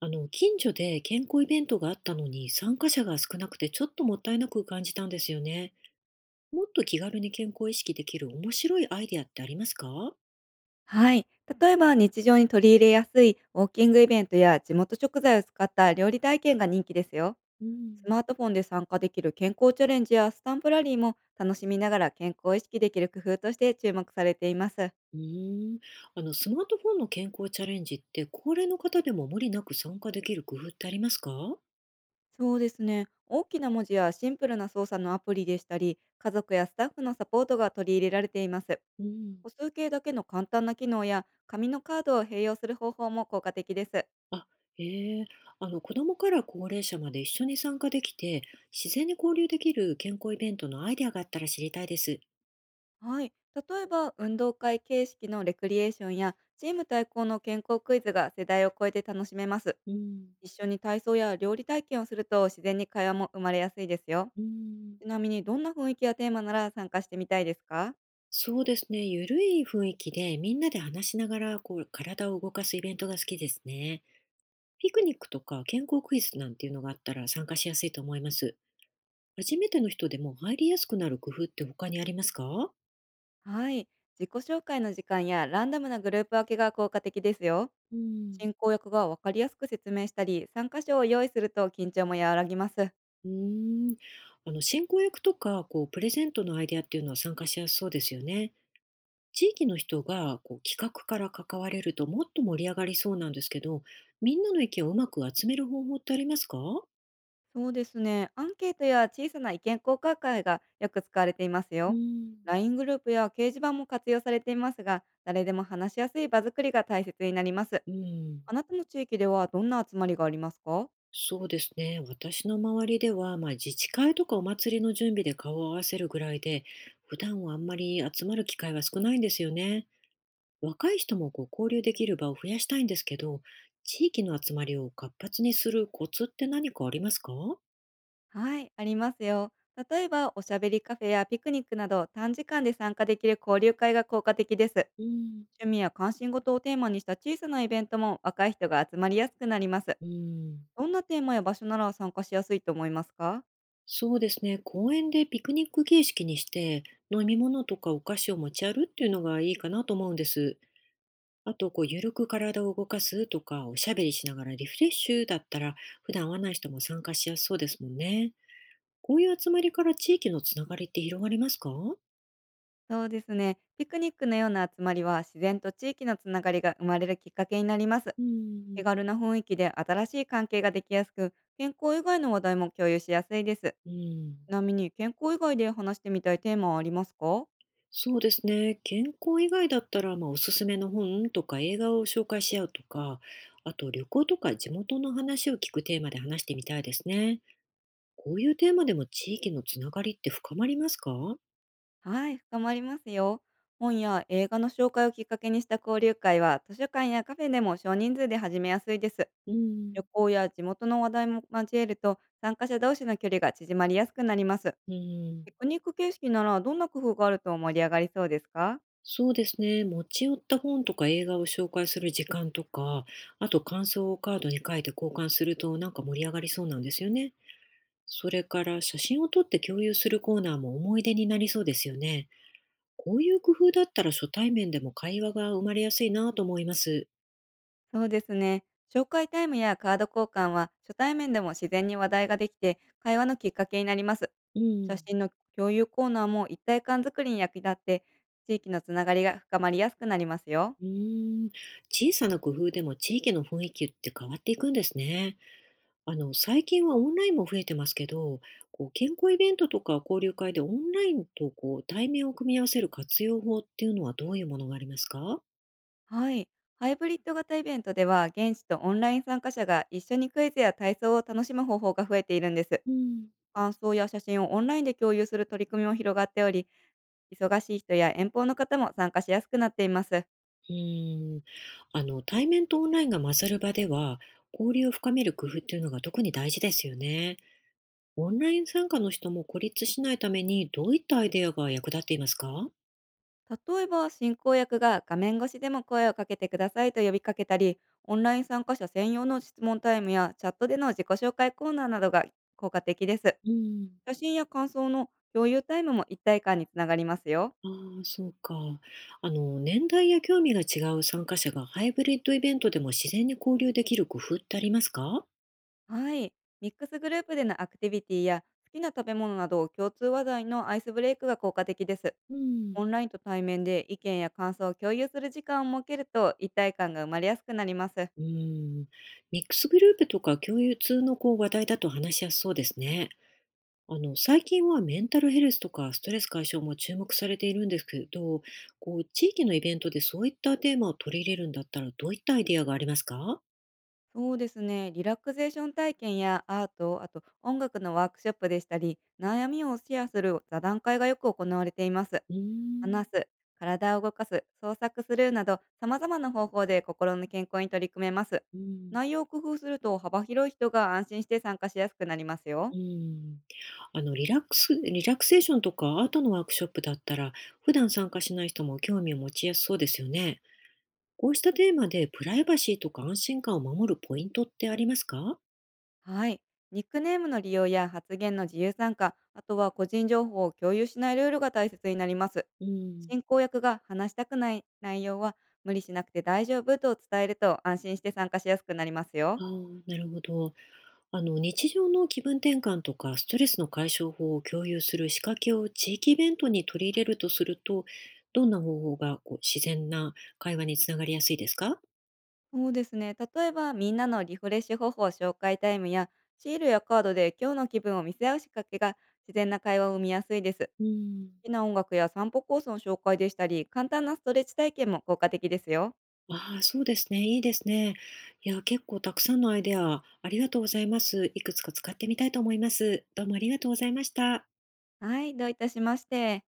近所で健康イベントがあったのに参加者が少なくてちょっともったいなく感じたんですよね。もっと気軽に健康を意識できる面白いアイデアってありますか？はい。例えば日常に取り入れやすいウォーキングイベントや地元食材を使った料理体験が人気ですよ。うん、スマートフォンで参加できる健康チャレンジやスタンプラリーも楽しみながら健康を意識できる工夫として注目されています。うーん。スマートフォンの健康チャレンジって高齢の方でも無理なく参加できる工夫ってありますか？そうですね。大きな文字やシンプルな操作のアプリでしたり、家族やスタッフのサポートが取り入れられています。うん、歩数計だけの簡単な機能や紙のカードを併用する方法も効果的です。あ、ええ。子供から高齢者まで一緒に参加できて自然に交流できる健康イベントのアイデアがあったら知りたいです。はい。例えば、運動会形式のレクリエーションや、チーム対抗の健康クイズが世代を超えて楽しめます。うん。一緒に体操や料理体験をすると、自然に会話も生まれやすいですよ。うん。ちなみに、どんな雰囲気やテーマなら参加してみたいですか？そうですね。ゆるい雰囲気でみんなで話しながらこう体を動かすイベントが好きですね。ピクニックとか健康クイズなんていうのがあったら参加しやすいと思います。初めての人でも入りやすくなる工夫って他にありますか？はい。自己紹介の時間やランダムなグループ分けが効果的ですよ。うん、進行役が分かりやすく説明したり、参加賞を用意すると緊張も和らぎます。うーん。進行役とかこうプレゼントのアイデアっていうのは参加しやすそうですよね。地域の人がこう企画から関われるともっと盛り上がりそうなんですけど、みんなの意見をうまく集める方法ってありますか？そうですね。アンケートや小さな意見交換会がよく使われていますうよ。ん、 LINE グループや掲示板も活用されていますが、誰でも話しやすい場作りが大切になります。うん。あなたの地域ではどんな集まりがありますか？そうですね。私の周りでは、まあ、自治会とかお祭りの準備で顔を合わせるぐらいで、普段はあんまり集まる機会は少ないんですよね。若い人もこう交流できる場を増やしたいんですけど、地域の集まりを活発にするコツって何かありますか？はい、ありますよ。例えば、おしゃべりカフェやピクニックなど短時間で参加できる交流会が効果的です。うん、趣味や関心事をテーマにした小さなイベントも若い人が集まりやすくなります。うん、どんなテーマや場所なら参加しやすいと思いますか？そうですね。公園でピクニック形式にして、飲み物とかお菓子を持ち歩っていうのがいいかなと思うんです。あと、こう、ゆるく体を動かすとか、おしゃべりしながらリフレッシュだったら、普段会わない人も参加しやすそうですもんね。こういう集まりから地域のつながりって広がりますか？そうですね。ピクニックのような集まりは自然と地域のつながりが生まれるきっかけになります。うん、手軽な雰囲気で新しい関係ができやすく、健康以外の話題も共有しやすいです。うん。ちなみに健康以外で話してみたいテーマはありますか？そうですね。健康以外だったら、まあ、おすすめの本とか映画を紹介し合うとか、あと旅行とか地元の話を聞くテーマで話してみたいですね。こういうテーマでも地域のつながりって深まりますか？はい、深まりますよ。本や映画の紹介をきっかけにした交流会は図書館やカフェでも少人数で始めやすいです。う旅ん。行や地元の話題も交えると参加者同士の距離が縮まりやすくなります。うん。ピクニック形式ならどんな工夫があると盛り上がりそうですか？そうですね。持ち寄った本とか映画を紹介する時間とか、あと感想をカードに書いて交換するとなんか盛り上がりそうなんですよね。それから写真を撮って共有するコーナーも思い出になりそうですよね。こういう工夫だったら初対面でも会話が生まれやすいなと思います。そうですね。紹介タイムやカード交換は初対面でも自然に話題ができて会話のきっかけになります。う写ん。真の共有コーナーも一体感作りに役立って、地域のつながりが深まりやすくなりますよ。うーん。小さな工夫でも地域の雰囲気って変わっていくんですね。最近はオンラインも増えてますけど、こう健康イベントとか交流会でオンラインとこう対面を組み合わせる活用法っていうのはどういうものがありますか？はい。ハイブリッド型イベントでは、現地とオンライン参加者が一緒にクイズや体操を楽しむ方法が増えているんです。うん、感想や写真をオンラインで共有する取り組みも広がっており、忙しい人や遠方の方も参加しやすくなっています。うーん。対面とオンラインが混ざる場では、交流を深める工夫っていうのが特に大事ですよね。オンライン参加の人も孤立しないために、どういったアイデアが役立っていますか？例えば、進行役が画面越しでも声をかけてくださいと呼びかけたり、オンライン参加者専用の質問タイムやチャットでの自己紹介コーナーなどが効果的です。うん。写真や感想の共有タイムも一体感につながりますよ。ああ、そうか。年代や興味が違う参加者がハイブリッドイベントでも自然に交流できる工夫ってありますか？はい。ミックスグループでのアクティビティや、好きな食べ物など共通話題のアイスブレイクが効果的です。うん、オンラインと対面で意見や感想を共有する時間を設けると、一体感が生まれやすくなります。うん。ミックスグループとか共通のこう話題だと話しやすそうですね。最近はメンタルヘルスとかストレス解消も注目されているんですけど、こう、地域のイベントでそういったテーマを取り入れるんだったらどういったアイデアがありますか？そうですね。リラクゼーション体験やアート、あと音楽のワークショップでしたり、悩みをシェアする座談会がよく行われています。うーん、話す、体を動かす、創作するなど、様々な方法で心の健康に取り組めます。うん、内容を工夫すると幅広い人が安心して参加しやすくなりますよ。うん。リラクセーションとかアートのワークショップだったら、普段参加しない人も興味を持ちやすそうですよね。こうしたテーマでプライバシーとか安心感を守るポイントってありますか？はい。ニックネームの利用や発言の自由参加、あとは個人情報を共有しないルールが大切になります。うん。進行役が、話したくない内容は無理しなくて大丈夫と伝えると、安心して参加しやすくなりますよ。ああ、なるほど。日常の気分転換とかストレスの解消法を共有する仕掛けを地域イベントに取り入れるとすると、どんな方法がこう自然な会話につながりやすいですか？そうですね。例えば、みんなのリフレッシュ方法紹介タイムや、シールやカードで今日の気分を見せ合う仕掛けが自然な会話を生みやすいです。うん。好きな音楽や散歩コースの紹介でしたり、簡単なストレッチ体験も効果的ですよ。ああ、そうですね。いいですね。いや、結構たくさんのアイデア、ありがとうございます。いくつか使ってみたいと思います。どうもありがとうございました。はい、どういたしまして。